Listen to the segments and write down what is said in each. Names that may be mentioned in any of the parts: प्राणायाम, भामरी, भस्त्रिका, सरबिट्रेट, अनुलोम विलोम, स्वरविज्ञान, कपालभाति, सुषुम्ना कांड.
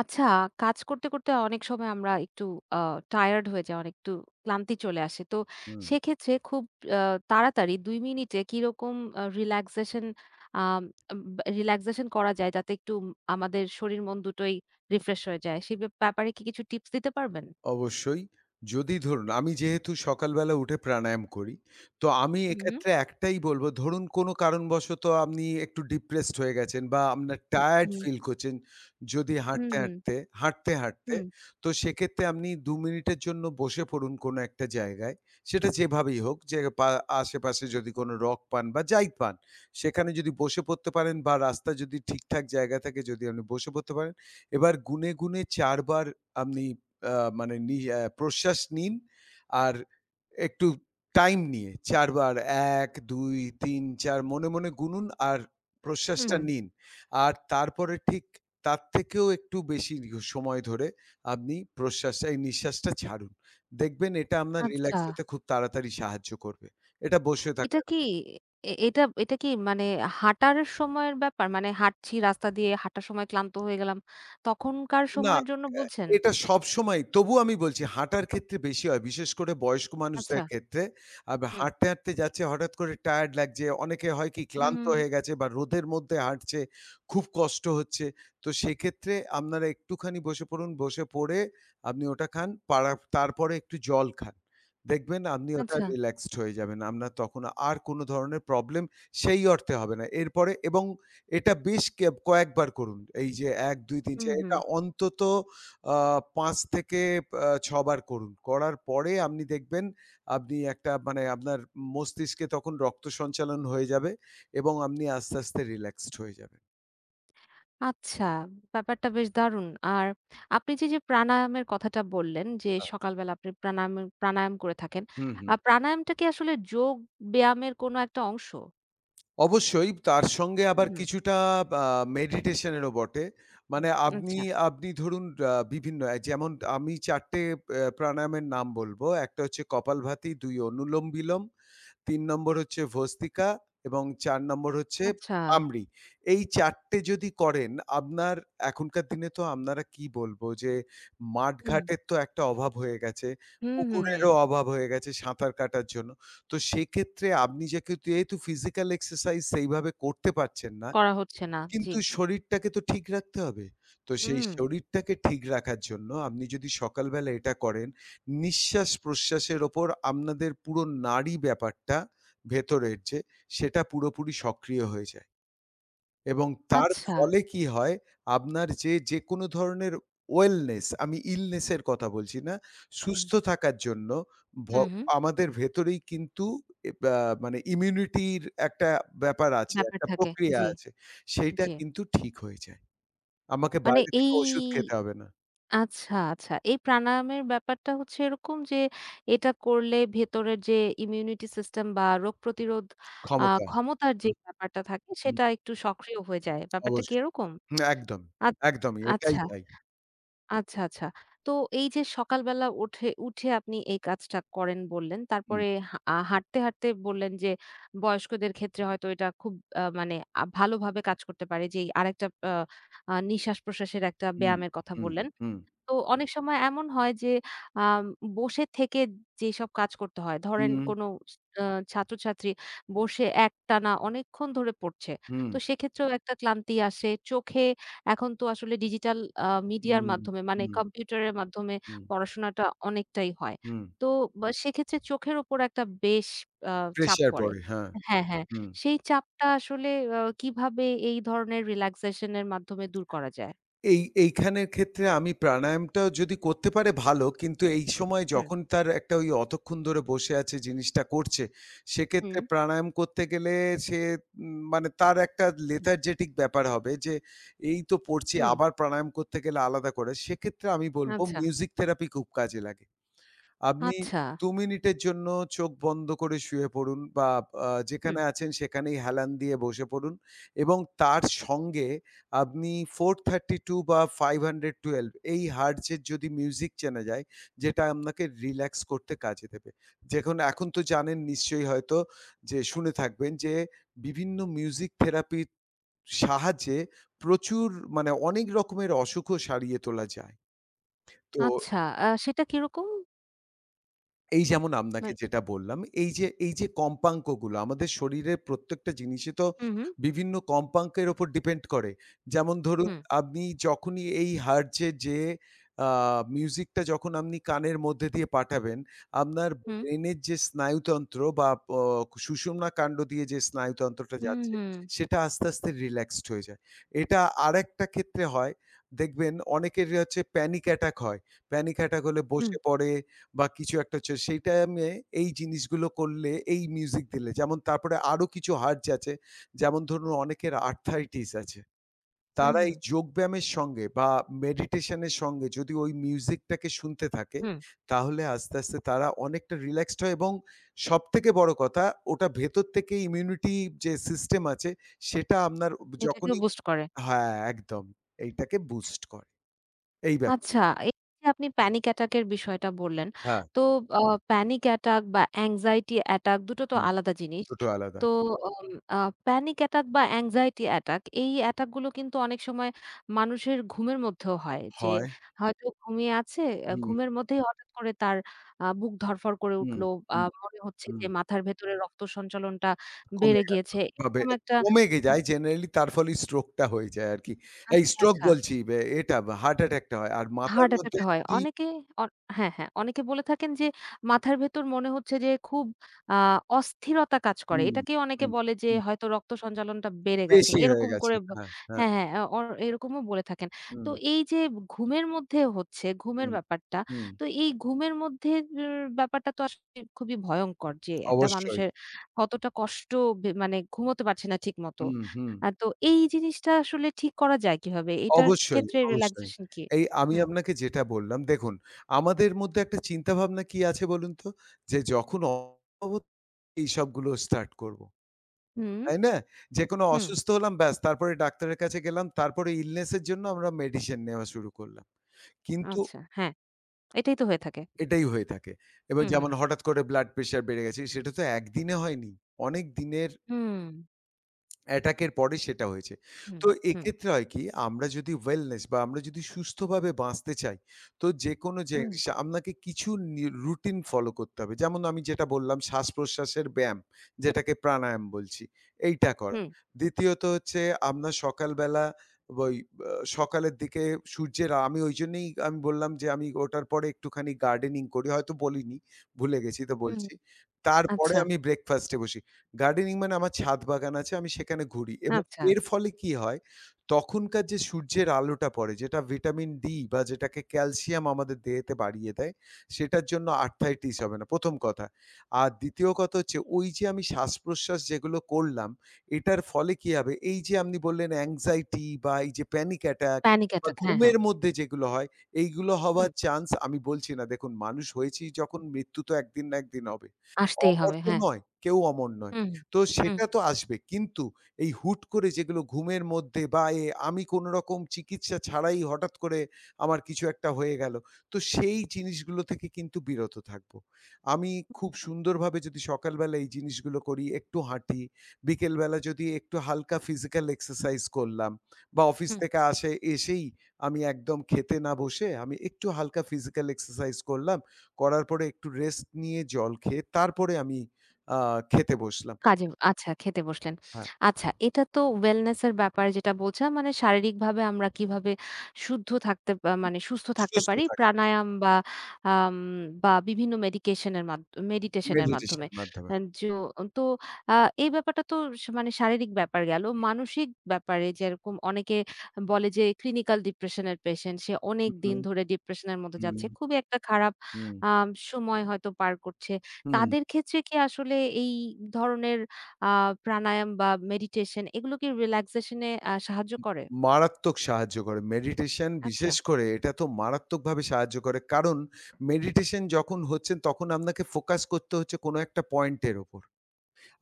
আচ্ছা, কাজ করতে, করতে অনেক সময় আমরা একটু আ টায়ার্ড হয়ে যাই, অনেক একটু ক্লান্তি চলে আসে। তো হুম, সেক্ষেত্রে খুব আ তাড়াতাড়ি ২ মিনিটে কিরকম রিল্যাক্সেশন আম বা রিল্যাক্সেশন করা যায় যাতে একটু আমাদের শরীর মন দুটোই রিফ্রেশ হয়ে যায়। সে ব্যাপারে কি কিছু টিপস দিতে পারবেন? অবশ্যই। যদি ধরুন আমি যেহেতু সকালবেলা উঠে প্রাণায়াম করি, তো আমি হুম, হুম, এক্ষেত্রে একটাই বলব ধরুন কোনো কারণবশত আপনি একটু ডিপ্রেসড হয়ে গেছেন বা আপনার টায়ার্ড হুম, ফিল করছেন যদি হুম, হাঁটতে, হুম, হাঁটতে, হাঁটতে, হাঁটতে হুম। তো সেক্ষেত্রে আপনি ২ মিনিটের জন্য বসে পড়ুন কোনো একটা জায়গায়। সেটা যেভাবেই হোক যে পা আশেপাশে যদি কোনো রক পান বা যাই পান, সেখানে যদি বসে পড়তে পারেন বা রাস্তা যদি ঠিকঠাক জায়গা থাকে যদি আপনি বসে পড়তে পারেন। এবার গুনে, গুনে ৪ বার আপনি আ মানে নি অ্যা প্রশ্বাস নিন। আর একটু টাইম নিয়ে ৪ বার ১, ২, ৩, ৪ মনে, মনে গুনুন আর প্রশ্বাসটা হুম। নিন। আর তারপরে ঠিক তার থেকেও একটু বেশি দীর্ঘ সময় ধরে আপনি প্রশ্বাসটা এই নিঃশ্বাসটা ছাড়ুন। দেখবেন এটা আপনার আচ্ছা। রিল্যাক্স হতে খুব তাড়াতাড়ি সাহায্য করবে। এটা বসে থাকা এটা কি এ এটা এটা কি মানে হাঁটার সময়ের ব্যাপার? মানে হাঁটছি রাস্তা দিয়ে, হাঁটার সময় ক্লান্ত হয়ে গেলাম। তখনকার না, সময়ের জন্য অ্যা বলছেন? এটা সবসময়ই। তবুও আমি বলছি হাঁটার ক্ষেত্রে বেশি হয়। বিশেষ করে বয়স্ক মানুষদের আচ্ছা। ক্ষেত্রে। হুম। হাঁটতে, হাঁটতে যাচ্ছে হঠাৎ করে টায়ার্ড লাগছে। অনেকে হয় কি হুম, ক্লান্ত হুম। হয়ে গেছে বা রোদের মধ্যে হাঁটছে, খুব কষ্ট হচ্ছে। তো সেক্ষেত্রে আপনারা একটুখানি বসে পড়ুন। বসে পড়ে আপনি ওটা খান। তারপরে একটু জল খান। দেখবেন আপনি ওটা আচ্ছা। রিল্যাক্সড হয়ে যাবেন। আপনার তখন আর কোনো ধরনের প্রবলেম সেই অর্থে হবে না। এরপরে এবং এটা বেশ কয়েকবার করুন। এই যে ১, ২, ৩, হুম, ৪ হুম। এটা অন্তত আ ৫ থেকে ৬ বার করুন। করার পরে আপনি দেখবেন আপনি একটা মানে আপনার মস্তিষ্কে তখন রক্ত সঞ্চালন হয়ে যাবে এবং আপনি আস্তে, আস্তে রিল্যাক্সড হয়ে যাবেন। আচ্ছা, ব্যাপারটা বেশ দারুণ। আর আপনি যে প্রাণায়ামের কথাটা বললেন যে, হ্যাঁ। সকালবেলা আপনি প্রাণায়াম করে থাকেন। হুম, হুম। প্রাণায়ামটা কি আসলে যোগ ব্যায়ামের কোনো একটা অংশ? অবশ্যই তার সঙ্গে হুম, আবার হুম। কিছুটা আ মেডিটেশন এরও বটে। মানে হুম। আপনি আচ্ছা, আপনি ধরুন বিভিন্ন যেমন আমি ৪ টে প্রাণায়ামের নাম বলব। একটা হচ্ছে কপালভাতি, ২ অনুলোম বিলোম, ৩ নম্বর হচ্ছে ভস্ত্রিকা এবং ৪ নম্বর হচ্ছে আচ্ছা। ভামরি। এই ৪ টে যদি করেন আপনার এখনকার দিনে তো আপনারা কি বলবো যে হুম। মাঠঘাটের তো একটা অভাব হয়ে গেছে। হুম, হুম, হুম। পুকুরেরও অভাব হয়ে গেছে সাঁতার কাটার জন্য। তো সেক্ষেত্রে আপনি যেহেতু যেহেতু ফিজিক্যাল এক্সারসাইজ সেইভাবে করতে পারছেন না, করা হচ্ছে না। জি। কিন্তু শরীরটাকে তো ঠিক রাখতে হবে। তো সেই হুম। শরীরটাকে ঠিক রাখার জন্য আপনি যদি সকালবেলা এটা করেন, নিঃশ্বাস-প্রশ্বাসের ওপর আপনাদের পুরো নাড়ি ব্যাপারটা ভেতরের যে, সেটা পুরোপুরি সক্রিয় হয়ে যায়। এবং তার আচ্ছা। ফলে কি হয়? আপনার যে, যেকোনো ধরনের ওয়েলনেস আমি ইলনেস এর কথা বলছি না। হুম, সুস্থ থাকার জন্য ভ হুম, হুম। আমাদের ভেতরেই কিন্তু এ ব্যা মানে ইমিউনিটির একটা ব্যাপার আছে, ব্যাপার একটা থাকে। প্রক্রিয়া জি, আছে। সেইটা জি। কিন্তু ঠিক হয়ে যায়। আমাকে মানে বাইরে এই থেকে ওষুধ খেতে হবে না। আচ্ছা, আচ্ছা। এই প্রাণায়ামের ব্যাপারটা হচ্ছে এরকম যে এটা করলে ভেতরের যে ইমিউনিটি সিস্টেম বা রোগ প্রতিরোধ ক্ষমতা। ক্ষমতার যে হুম, ব্যাপারটা থাকে হুম। সেটা একটু সক্রিয় হয়ে যায়। ব্যাপারটা কি অবশ্যই। এরকম? হুম, একদম, আ একদমই এটাই আচ্ছা। তাই। আচ্ছা, আচ্ছা। তো এই যে সকালবেলা উঠে উঠে আপনি এই কাজটা করেন বললেন। হুম, তারপরে হা আ হাঁটতে, হাঁটতে বললেন যে বয়স্কদের ক্ষেত্রে হয়তো এটা খুব মানে ভালোভাবে কাজ করতে পারে। যেই আরেকটা আ আ নিঃশ্বাস-প্রশ্বাসের একটা হুম, ব্যায়ামের কথা হুম। হুম, বললেন। হুম, তো অনেক সময় এমন হয় যে আম বসে থেকে যেসব কাজ করতে হয়। ধরেন হুম, কোনো আ ছাত্রছাত্রী বসে একটানা অনেকক্ষণ ধরে পড়ছে। হুম, তো সেক্ষেত্রেও একটা ক্লান্তি আসে। চোখে এখন তো আসলে ডিজিটাল হুম, মিডিয়ার মাধ্যমে মানে হুম, কম্পিউটারের মাধ্যমে হুম, পড়াশোনাটা অনেকটাই হয়। হুম। তো বা সেক্ষেত্রে চোখের উপর একটা বেশ আ চাপ প্রেশার পড়ে। পড়ে, হ্যাঁ। হ্যাঁ, হ্যাঁ। হুম। সেই চাপটা আসলে কিভাবে এই ধরনের রিল্যাক্সেশন এর মাধ্যমে দূর করা যায়? এইখানের ক্ষেত্রে আমি প্রাণায়ামটাও যদি করতে পারে ভালো, কিন্তু এই সময় হুম, যখন তার একটা ওই অতক্ষণ ধরে বসে আছে জিনিসটা করছে, সেক্ষেত্রে হুম, প্রাণায়াম করতে গেলে সে উম মানে তার একটা লেথার্জেটিক ব্যাপার হবে যে এই তো পড়ছি হুম। আবার প্রাণায়াম করতে গেলে আলাদা করে। সেক্ষেত্রে আমি বলব আচ্ছা, মিউজিক থেরাপি খুব কাজে লাগে। আপনি আচ্ছা, ২ মিনিটের জন্য চোখ বন্ধ করে শুয়ে পড়ুন বা হুম। যেখানে আছেন সেখানেই হেলান দিয়ে বসে পড়ুন এবং তার সঙ্গে আপনি 432 বা 512 এই hertz এর যদি মিউজিক চেনা যায়, যেটা আপনাকে রিল্যাক্স করতে কাজে দেবে। এখন তো জানেন নিশ্চয়ই হয়তো যে শুনে থাকবেন যে বিভিন্ন মিউজিক থেরাপির সাহায্যে প্রচুর মানে অনেক রকমের অসুখও সারিয়ে তোলা যায়। তো আচ্ছা। সেটা কিরকম? এই যেমন মা আপনাকে যেটা বললাম, এই যে কম্পাঙ্কগুলো আমাদের শরীরের প্রত্যেকটা জিনিসই তো হুম, হুম, বিভিন্ন কম্পাঙ্কের উপর ডিপেন্ড করে। যেমন ধরুন হুম, আপনি যখনই এই হার্টজে যে আ মিউজিকটা যখন আপনি কানের মধ্যে দিয়ে পাঠাবেন, আপনার হুম, ব্রেনের যে স্নায়ুতন্ত্র বা প সুষুম্না কাণ্ড দিয়ে যে স্নায়ুতন্ত্রটা হুম, যাচ্ছে, হুম, সেটা আস্তে, আস্তে রিল্যাক্সড হয়ে যায়। এটা আরেকটা ক্ষেত্রে হয়, দেখবেন অনেকেরই হচ্ছে প্যানিক অ্যাটাক হয়। প্যানিক অ্যাটাক হলে হুম, বসে পড়ে বা কিছু একটা হচ্ছে সেইটা আমি এই জিনিসগুলো করলে, এই মিউজিক দিলে যেমন তারপরে আরো কিছু হার্টজ আছে। যেমন ধরুন অনেকের আর্থ্রাইটিস আছে। হুম, হুম, তারা এই হুম, যোগব্যায়ামের সঙ্গে বা মেডিটেশন এর সঙ্গে যদি ওই মিউজিকটাকে শুনতে থাকে, হুম। তাহলে আস্তে, আস্তে তারা অনেকটা রিল্যাক্সড হয় এবং সবথেকে বড় কথা ওটা ভেতর থেকে ইমিউনিটি যে সিস্টেম আছে সেটা আপনার এটাকেও যখনই বুস্ট করে। হ্যাঁ, একদম। এইটাকে বুস্ট করে। এই ব্যাপার। আচ্ছা, এই যে আপনি প্যানিক অ্যাটাক এর বিষয়টা বললেন। হ্যাঁ, তো আ প্যানিক অ্যাটাক বা অ্যাংজাইটি অ্যাটাক দুটো তো হুম, আলাদা জিনিস। দুটো আলাদা। তো উম আ প্যানিক অ্যাটাক বা অ্যাংজাইটি অ্যাটাক এই অ্যাটাক গুলো কিন্তু অনেক সময় মানুষের ঘুমের মধ্যেও হয়। যে হয়। হয়তো ঘুমিয়ে আছে, হুম, ঘুমের মধ্যেই হঠাৎ করে তার বুক ধড়ফড় করে হুম, উঠলো। হুম। মনে হচ্ছে হুম। যে মাথার ভেতরে রক্ত সঞ্চালনটা কমে বেড়ে যায় গিয়েছে। ভাবে এরকম একটা কমে গে আ যায় জেনারেলি তার ফলে স্ট্রোকটা হয়ে যায় আরকি। এই আচ্ছা, স্ট্রোক আচ্ছা। বলছি বে এটা হার্ট অ্যাটাকটা হয়। আর মাথার হার্ট অ্যাটাক মধ্যে টা হয়। যদি অনেকে অন হ্যাঁ, হ্যাঁ। অনেকে বলে থাকেন যে মাথার ভেতর মনে হচ্ছে যে খুব আ অস্থিরতা কাজ করে। হুম, এটাকেই অনেকে হুম, বলে যে হুম, হয়তো রক্ত সঞ্চালনটা বেড়ে গেছে। বেশি হয়ে এরকম গেছে। করে ব হ্যাঁ, হ্যাঁ। হ্যাঁ, হ্যাঁ। অ অর এরকমও বলে থাকেন। হুম, তো এই যে ঘুমের মধ্যে হচ্ছে, ঘুমের হুম, ব্যাপারটা। হুম। তো এই ঘুমের মধ্যে এর ব্যাপারটা তো আসলে খুবই ভয়ংকর যে একটা অবশ্যই। মানুষের কতটা কষ্ট মানে ঘুমোতে পারছে না ঠিকমতো। হুম, হুম। তো এই জিনিসটা আসলে ঠিক করা যায় কিভাবে? এটার অবশ্যই, ক্ষেত্রে অবশ্যই। রিল্যাক্সেশন কি? এই আমি হুম। আপনাকে যেটা বললাম দেখুন, আমাদের মধ্যে একটা চিন্তাভাবনা কি আছে বলুন তো? যে যখন এইসবগুলো স্টার্ট করব। হুম, তাই না? যেকোনো হুম। অসুস্থ হলাম ব্যাস তারপরে ডাক্তারের কাছে গেলাম। তারপরে ইলনেস এর জন্য আমরা মেডিসিন নেওয়া শুরু করলাম। কিন্তু আচ্ছা, হ্যাঁ, এটাই তো হয়ে থাকে। এটাই হয়ে থাকে। এবার হুম, যেমন হুম, হঠাৎ করে ব্লাড প্রেশার বেড়ে গেছে সেটা তো একদিনে হয়নি। অনেক দিনের হুম, অ্যাটাক এর পরে সেটা হয়েছে। হুম, তো হুম, এক্ষেত্রে হয় কি আমরা যদি ওয়েলনেস বা আমরা যদি সুস্থভাবে বাঁচতে চাই, তো যেকোনো হুম, জিনিস আপনাকে কিছু নি রুটিন ফলো করতে হবে। যেমন আমি যেটা বললাম শ্বাস-প্রশ্বাসের ব্যায়াম, যেটাকে প্রাণায়াম বলছি, এইটা করা। হুম, দ্বিতীয়ত হচ্ছে আপনার সকালবেলা ওই আ সকালের দিকে সূর্যের আমি ঐজন্যেই আমি বললাম যে আমি ওটার পরে একটুখানি গার্ডেনিং করি। হয়তো বলিনি, ভুলে গেছি তো হুম। বলছি। তারপরে আচ্ছা, আমি ব্রেকফাস্ট এ বসি। গার্ডেনিং মানে আমার ছাদ বাগান আছে, আমি সেখানে ঘুরি এবং আচ্ছা। এর ফলে কি হয়, তখনকার যে সূর্যের আলোটা পড়ে যেটা ভিটামিন ডি বা যেটাকে ক্যালসিয়াম আমাদের দেহেতে বাড়িয়ে দেয়, সেটার জন্য আর্থ্রাইটিস হবে না ১ম কথা। আর ২য় কথা হচ্ছে ওই যে আমি শ্বাসপ্রশ্বাস যেগুলো করলাম, এটার ফলে কি হবে, এই যে আপনি বললেন anxiety বা এই যে panic attack প্যানিক বা অ্যাটাক হ্যাঁ, হ্যাঁ। ঘুমের মধ্যে যেগুলো হয়, এইগুলো হওয়ার হুম, চান্স আমি বলছি না দেখুন মানুষ হয়েছি যখন মৃত্যু তো একদিন না একদিন হবে। আসতেই অমর হবে। তো হ্যাঁ। নয়, কেউ অমর নয়। হুম, তো হুম, সেটা তো আসবে। কিন্তু এই হুট করে যেগুলো ঘুমের মধ্যে বা এ আমি কোনরকম চিকিৎসা ছাড়াই হঠাৎ করে আমার কিছু একটা হয়ে গেল। তো সেই জিনিসগুলো থেকে কিন্তু বিরত থাকবো। আমি হুম, খুব সুন্দরভাবে যদি সকালবেলা এই জিনিসগুলো করি, একটু হাঁটি, বিকেলবেলা যদি একটু হালকা ফিজিক্যাল এক্সারসাইজ করলাম বা অফিস হুম। থেকে এসেই আমি একদম খেতে না বসে আমি একটু হালকা ফিজিক্যাল এক্সারসাইজ করলাম। করার পরে একটু রেস্ট নিয়ে জল খেয়ে তারপরে আমি আ খেতে বসলাম। কাজে আচ্ছা খেতে বসলেন। হ্যাঁ। আচ্ছা এটা তো ওয়েলনেস এর ব্যাপার যেটা বলছিলাম মানে শারীরিকভাবে আমরা কিভাবে শুদ্ধ থাকতে মানে সুস্থ থাকতে সুস্থ পারি থাকে প্রাণায়াম বা আম বা বিভিন্ন মেডিকেশন এর মাধ্য মেডিটেশন এর মেডিটেশন মাধ্যমে। এর মাধ্যমে। আ যো তো আ এই ব্যাপারটা তো মানে শারীরিক ব্যাপার গেল। মানসিক ব্যাপারে যেরকম অনেকে বলে যে ক্লিনিক্যাল ডিপ্রেশন এর পেশেন্ট সে অনেক দিন হুম, ধরে ডিপ্রেশন এর মধ্যে হুম, যাচ্ছে। খুবই একটা খারাপ হুম, সময় হয়তো পার করছে। হুম। তাদের ক্ষেত্রে কি আসলে এই ধরনের আ প্রাণায়াম বা মেডিটেশন এগুলো কি রিল্যাক্সেশন এ সাহায্য করে? মারাত্মক সাহায্য করে। মেডিটেশন আচ্ছা, বিশেষ করে এটা তো মারাত্মকভাবে সাহায্য করে। কারণ মেডিটেশন যখন হচ্ছেন তখন আপনাকে ফোকাস করতে হচ্ছে কোনো একটা পয়েন্ট এর উপর।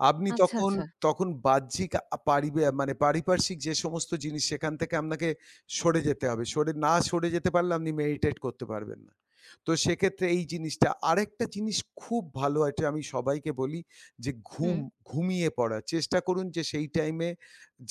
আপনি আচ্ছা, তখন আচ্ছা। তখন বাহ্যিক আ পারিবে মানে পারিপার্শ্বিক যে সমস্ত জিনিস সেখান থেকে আপনাকে সরে যেতে হবে। সরে যেতে পারলে আপনি মেডিটেট করতে পারবেন না। তো সেক্ষেত্রে এই জিনিসটা আরেকটা জিনিস খুব ভালো এটা আমি সবাইকে বলি যে হুম, ঘুমিয়ে পড়া। চেষ্টা করুন যে সেই টাইমে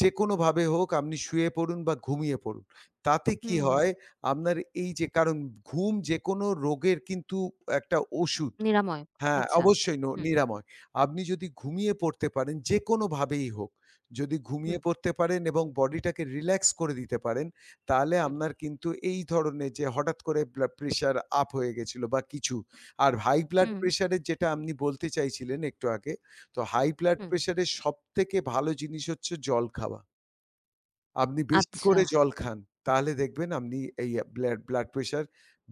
যেকোনোভাবে হোক আপনি শুয়ে পড়ুন বা ঘুমিয়ে পড়ুন। তাতে কি হুম, হুম। হয় আপনার এই যে কারণ ঘুম যেকোনো রোগের কিন্তু একটা ওষুধ। নিরাময়। হ্যাঁ, আচ্ছা। অবশ্যই হুম, নিরাময়। আপনি যদি ঘুমিয়ে পড়তে পারেন যেকোনোভাবেই হোক, যদি হুম, ঘুমিয়ে পড়তে পারেন এবং বডিটাকে রিল্যাক্স করে দিতে পারেন, তাহলে হুম, আপনার কিন্তু এই ধরনের যে হঠাৎ করে ব্লাড প্রেশার আপ হয়ে গেছিল বা কিছু। আর হাই ব্লাড হুম। হুম, প্রেশার এর যেটা আপনি বলতে চাইছিলেন একটু আগে, তো হাই ব্লাড হুম। প্রেশার এর সবথেকে ভালো জিনিস হচ্ছে জল খাওয়া। আপনি বেশি আচ্ছা। করে জল খান। তাহলে দেখবেন আপনি এই ব্লাড ব্লাড প্রেশার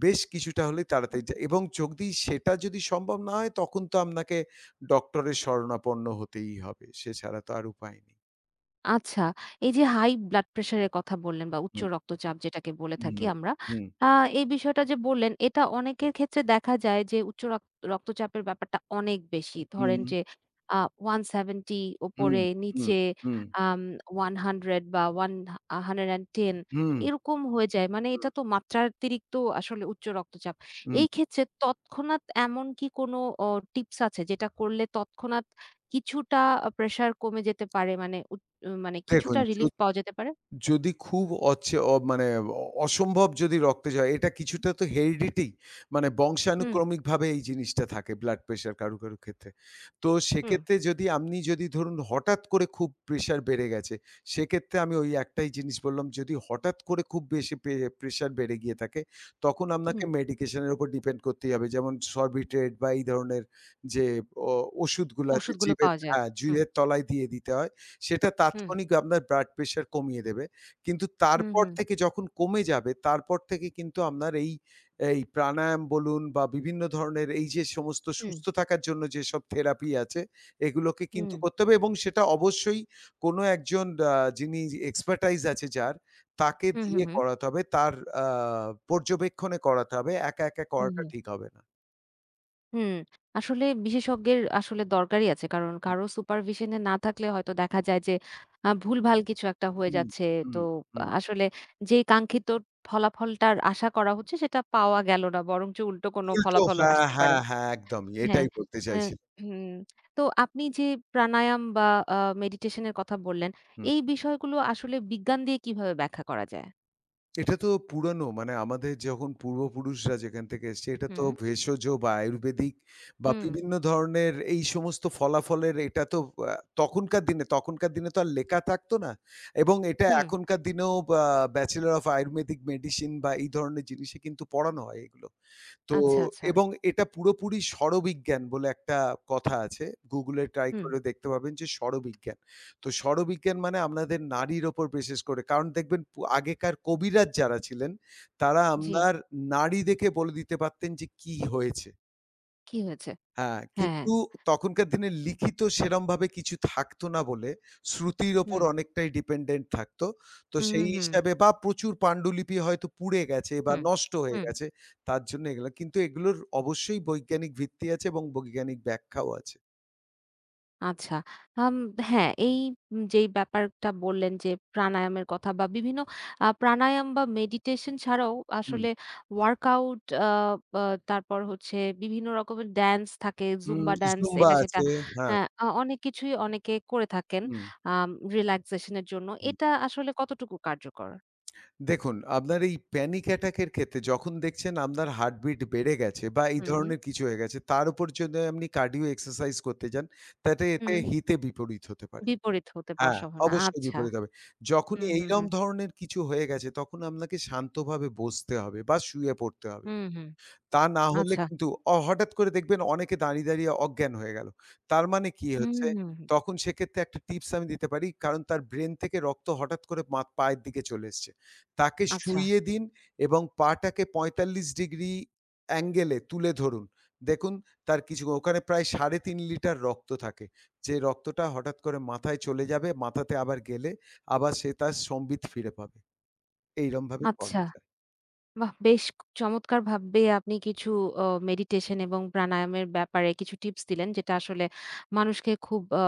বেশ কিছুটা হলেই তাড়াতাড়ি যা এবং যদি সেটা সম্ভব না হয় তখন তো আপনাকে ডক্টরের শরণাপন্ন হতেই হবে। সে ছাড়া তো আর উপায় নেই। আচ্ছা, এই যে হাই ব্লাড প্রেশার এর কথা বললেন বা উচ্চ হুম, রক্তচাপ যেটাকে বলে হুম, থাকি আমরা। হুম, আ এই বিষয়টা যে বললেন এটা অনেকের ক্ষেত্রে দেখা যায় যে উচ্চ রক্তচাপের ব্যাপারটা অনেক বেশি। ধরেন হুম, যে আ 170 হুম, ওপরে হুম, নিচে হুম, আম 100 বা ওয়ান আ 110 হুম, হুম, এরকম হয়ে যায়। মানে এটা তো মাত্রাতিরিক্ত আসলে উচ্চ রক্তচাপ। হুম। এই ক্ষেত্রে তৎক্ষণাৎ এমন কি কোনো অ টিপস আছে যেটা করলে তৎক্ষণাৎ কিছুটা প্রেশার কমে যেতে পারে? মানে মানে দেখুন কিছুটা রিলিফ পাওয়া যেতে পারে। যদি খুব অচে অ মানে অ অসম্ভব যদি রক্তে যায়, এটা কিছুটা তো হেরিডিটি মানে হুম, বংশানুক্রমিকভাবে এই জিনিসটা থাকে ব্লাড প্রেশার কারো, কারো ক্ষেত্রে। তো হুম, সেক্ষেত্রে যদি আপনি ধরুন হঠাৎ করে খুব প্রেশার বেড়ে গেছে, সেক্ষেত্রে আমি ওই একটাই জিনিস বললাম, যদি হঠাৎ করে খুব বেশি প্রেশার বেড়ে গিয়ে থাকে, তখন হুম। আপনাকে হুম। মেডিকেশন এর উপর ডিপেন্ড করতেই হবে। যেমন সরবিট্রেট বা এই ধরনের যে অ ওষুধগুলো আছে ওষুধগুলো জিভের পাওয়া যায়। হ্যাঁ, হুম। জিভের তলায় দিয়ে দিতে হয়। সেটা হুম, তাৎক্ষণিক আপনার ব্লাড প্রেশার কমিয়ে দেবে। কিন্তু হুম, তারপর হুম, থেকে যখন কমে যাবে, তারপর থেকে কিন্তু আপনার এই, এই প্রাণায়াম বলুন বা বিভিন্ন ধরনের এই যে সমস্ত হুম, সুস্থ থাকার জন্য যেসব থেরাপি আছে, এগুলোকে কিন্তু হুম, করতে হবে এবং সেটা অবশ্যই কোনো একজন আ যিনি এক্সপার্টাইজ আছে যার, তাকে হুম, হুম, দিয়ে হুম, করাতে হবে। তার আ পর্যবেক্ষণে করাতে হবে। একা, একা হুম, করাটা হুম। ঠিক হবে না। হুম। আসলে বিশেষজ্ঞের আসলে দরকারই আছে। কারণ কারো সুপারভিশন এ না থাকলে হয়তো দেখা যায় যে ভুলভাল কিছু একটা হয়ে হুম, যাচ্ছে। হুম, তো হুম। আহ, আসলে যে কাঙ্ক্ষিত ফলাফলটার আশা করা হচ্ছে সেটা পাওয়া গেল না। বরঞ্চ উল্টো কোনো উল্টো ফলাফলও হ্যাঁ, আসতে পারে। হ্যাঁ, হ্যাঁ, একদমই। হ্যাঁ, এটাই বলতে আ চাইছিলাম। হুম। তো আপনি যে প্রাণায়াম বা আ মেডিটেশন এর কথা বললেন, হুম। এই বিষয়গুলো আসলে বিজ্ঞান দিয়ে কিভাবে ব্যাখ্যা করা যায়? এটা তো পুরানো মানে আমাদের যখন পূর্বপুরুষরা যেখান থেকে এসছে এটা তো হুম। ভেষজ বা আয়ুর্বেদিক বা হুম, বিভিন্ন ধরনের এই সমস্ত ফলাফলের এটা তো আহ, তখনকার দিনে তো আর লেখা থাকতো না এবং এটা হুম। এখনকার দিনেও ব্যাচেলর অফ আয়ুর্বেদিক মেডিসিন বা এই ধরনের জিনিসে কিন্তু পড়ানো হয় এগুলো তো আচ্ছা, আচ্ছা। এবং এটা পুরোপুরি স্বরবিজ্ঞান বলে একটা কথা আছে। Google এ ট্রাই হুম, করে দেখতে পাবেন যে স্বরবিজ্ঞান। তো স্বরবিজ্ঞান মানে আপনাদের নাড়ির ওপর বিশেষ করে কারণ দেখবেন আগেকার কবিরাজ যারা ছিলেন তারা জি। আপনার নাড়ি দেখে বলে দিতে পারতেন যে কি হয়েছে। কি হয়েছে? হ্যাঁ, হ্যাঁ, হ্যাঁ। কিন্তু তখনকার দিনে লিখিত সেরমভাবে কিছু থাকতো না বলে শ্রুতির ওপর হুম, অনেকটাই ডিপেন্ডেন্ট থাকতো। তো হুম, সেই হুম, হিসাবে বা প্রচুর পান্ডুলিপি হয়তো পুড়ে গেছে বা হুম, নষ্ট হয়ে হুম। গেছে। তার জন্য এগুলা কিন্তু এগুলোর অবশ্যই বৈজ্ঞানিক ভিত্তি আছে এবং বৈজ্ঞানিক ব্যাখ্যাও আছে। আচ্ছা। আম হ্যাঁ, এই যেই ব্যাপারটা বললেন যে প্রাণায়ামের কথা বা বিভিন্ন প্রাণায়াম বা মেডিটেশন ছাড়াও হুম, আসলে ওয়ার্কআউট বা তারপর হচ্ছে বিভিন্ন রকমের ড্যান্স থাকে, হুম। জুম্বা ড্যান্স জুম্বা এটা সেটা। আছে, হ্যাঁ, হ্যাঁ, অনেক কিছুই অনেকে করে থাকেন হুম। আম রিল্যাক্সেশন এর জন্য। হুম। এটা আসলে কতটুকু কার্যকর? দেখুন, আপনার এই প্যানিক অ্যাটাকের ক্ষেত্রে যখন দেখছেন আপনার হার্টবিট বেড়ে গেছে বা এই হুম, হুম। ধরনের কিছু হয়ে গেছে, তার উপর যদি আপনি কার্ডিও এক্সারসাইজ করতে যান, তাতে এতে হুম, হিতে বিপরীত হতে পারে। বিপরীত হতে পারার হ্যাঁ, সম্ভাবনা। অবশ্যই আচ্ছা। বিপরীত হবে। যখনই হুম, হুম, এইরকম হুম। ধরনের কিছু হয়ে গেছে, তখন আপনাকে শান্তভাবে বসতে হবে বা শুয়ে পড়তে হবে। হুম, হুম। তা না হলে আচ্ছা। কিন্তু হঠাৎ করে দেখবেন অনেকে দাঁড়িয়ে, দাঁড়িয়ে অজ্ঞান হয়ে গেল। তার মানে কি হুম, হচ্ছে, হুম, হুম। তখন সেক্ষেত্রে একটা টিপস আমি দিতে পারি। কারণ তার ব্রেন থেকে রক্ত হঠাৎ করে পায়ের দিকে চলে এসছে। তাকে আচ্ছা, শুইয়ে দিন এবং পাটাকে ৪৫ ডিগ্রি অ্যাঙ্গেল এ তুলে ধরুন। দেখুন তার কিছু ওখানে প্রায় ৩.৫ লিটার রক্ত থাকে। যে রক্তটা হঠাৎ করে মাথায় চলে যাবে, মাথাতে আবার গেলে আবার সে তার সম্বিত ফিরে পাবে। এইরমভাবে করা আচ্ছা। যায়। বাহ! বেশ চমৎকারভাবে আপনি কিছু অ মেডিটেশন এবং প্রাণায়ামের ব্যাপারে কিছু টিপস দিলেন। যেটা আসলে মানুষকে খুব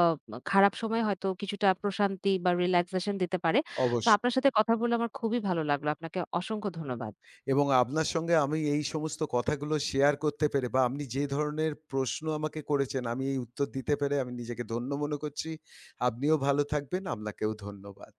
খারাপ সময়ে হয়তো কিছুটা প্রশান্তি বা রিল্যাক্সেশন দিতে পারে। তো অবশ্যই। আপনার সাথে কথা বলে আমার খুবই ভালো লাগলো। আপনাকে অসংখ্য ধন্যবাদ। এবং আপনার সঙ্গে আমি এই সমস্ত কথাগুলো শেয়ার করতে পেরে বা আপনি যে ধরনের প্রশ্ন আমাকে করেছেন আমি এই উত্তর দিতে পেরে আমি নিজেকে ধন্য মনে করছি। আপনিও ভালো থাকবেন। আপনাকেও ধন্যবাদ।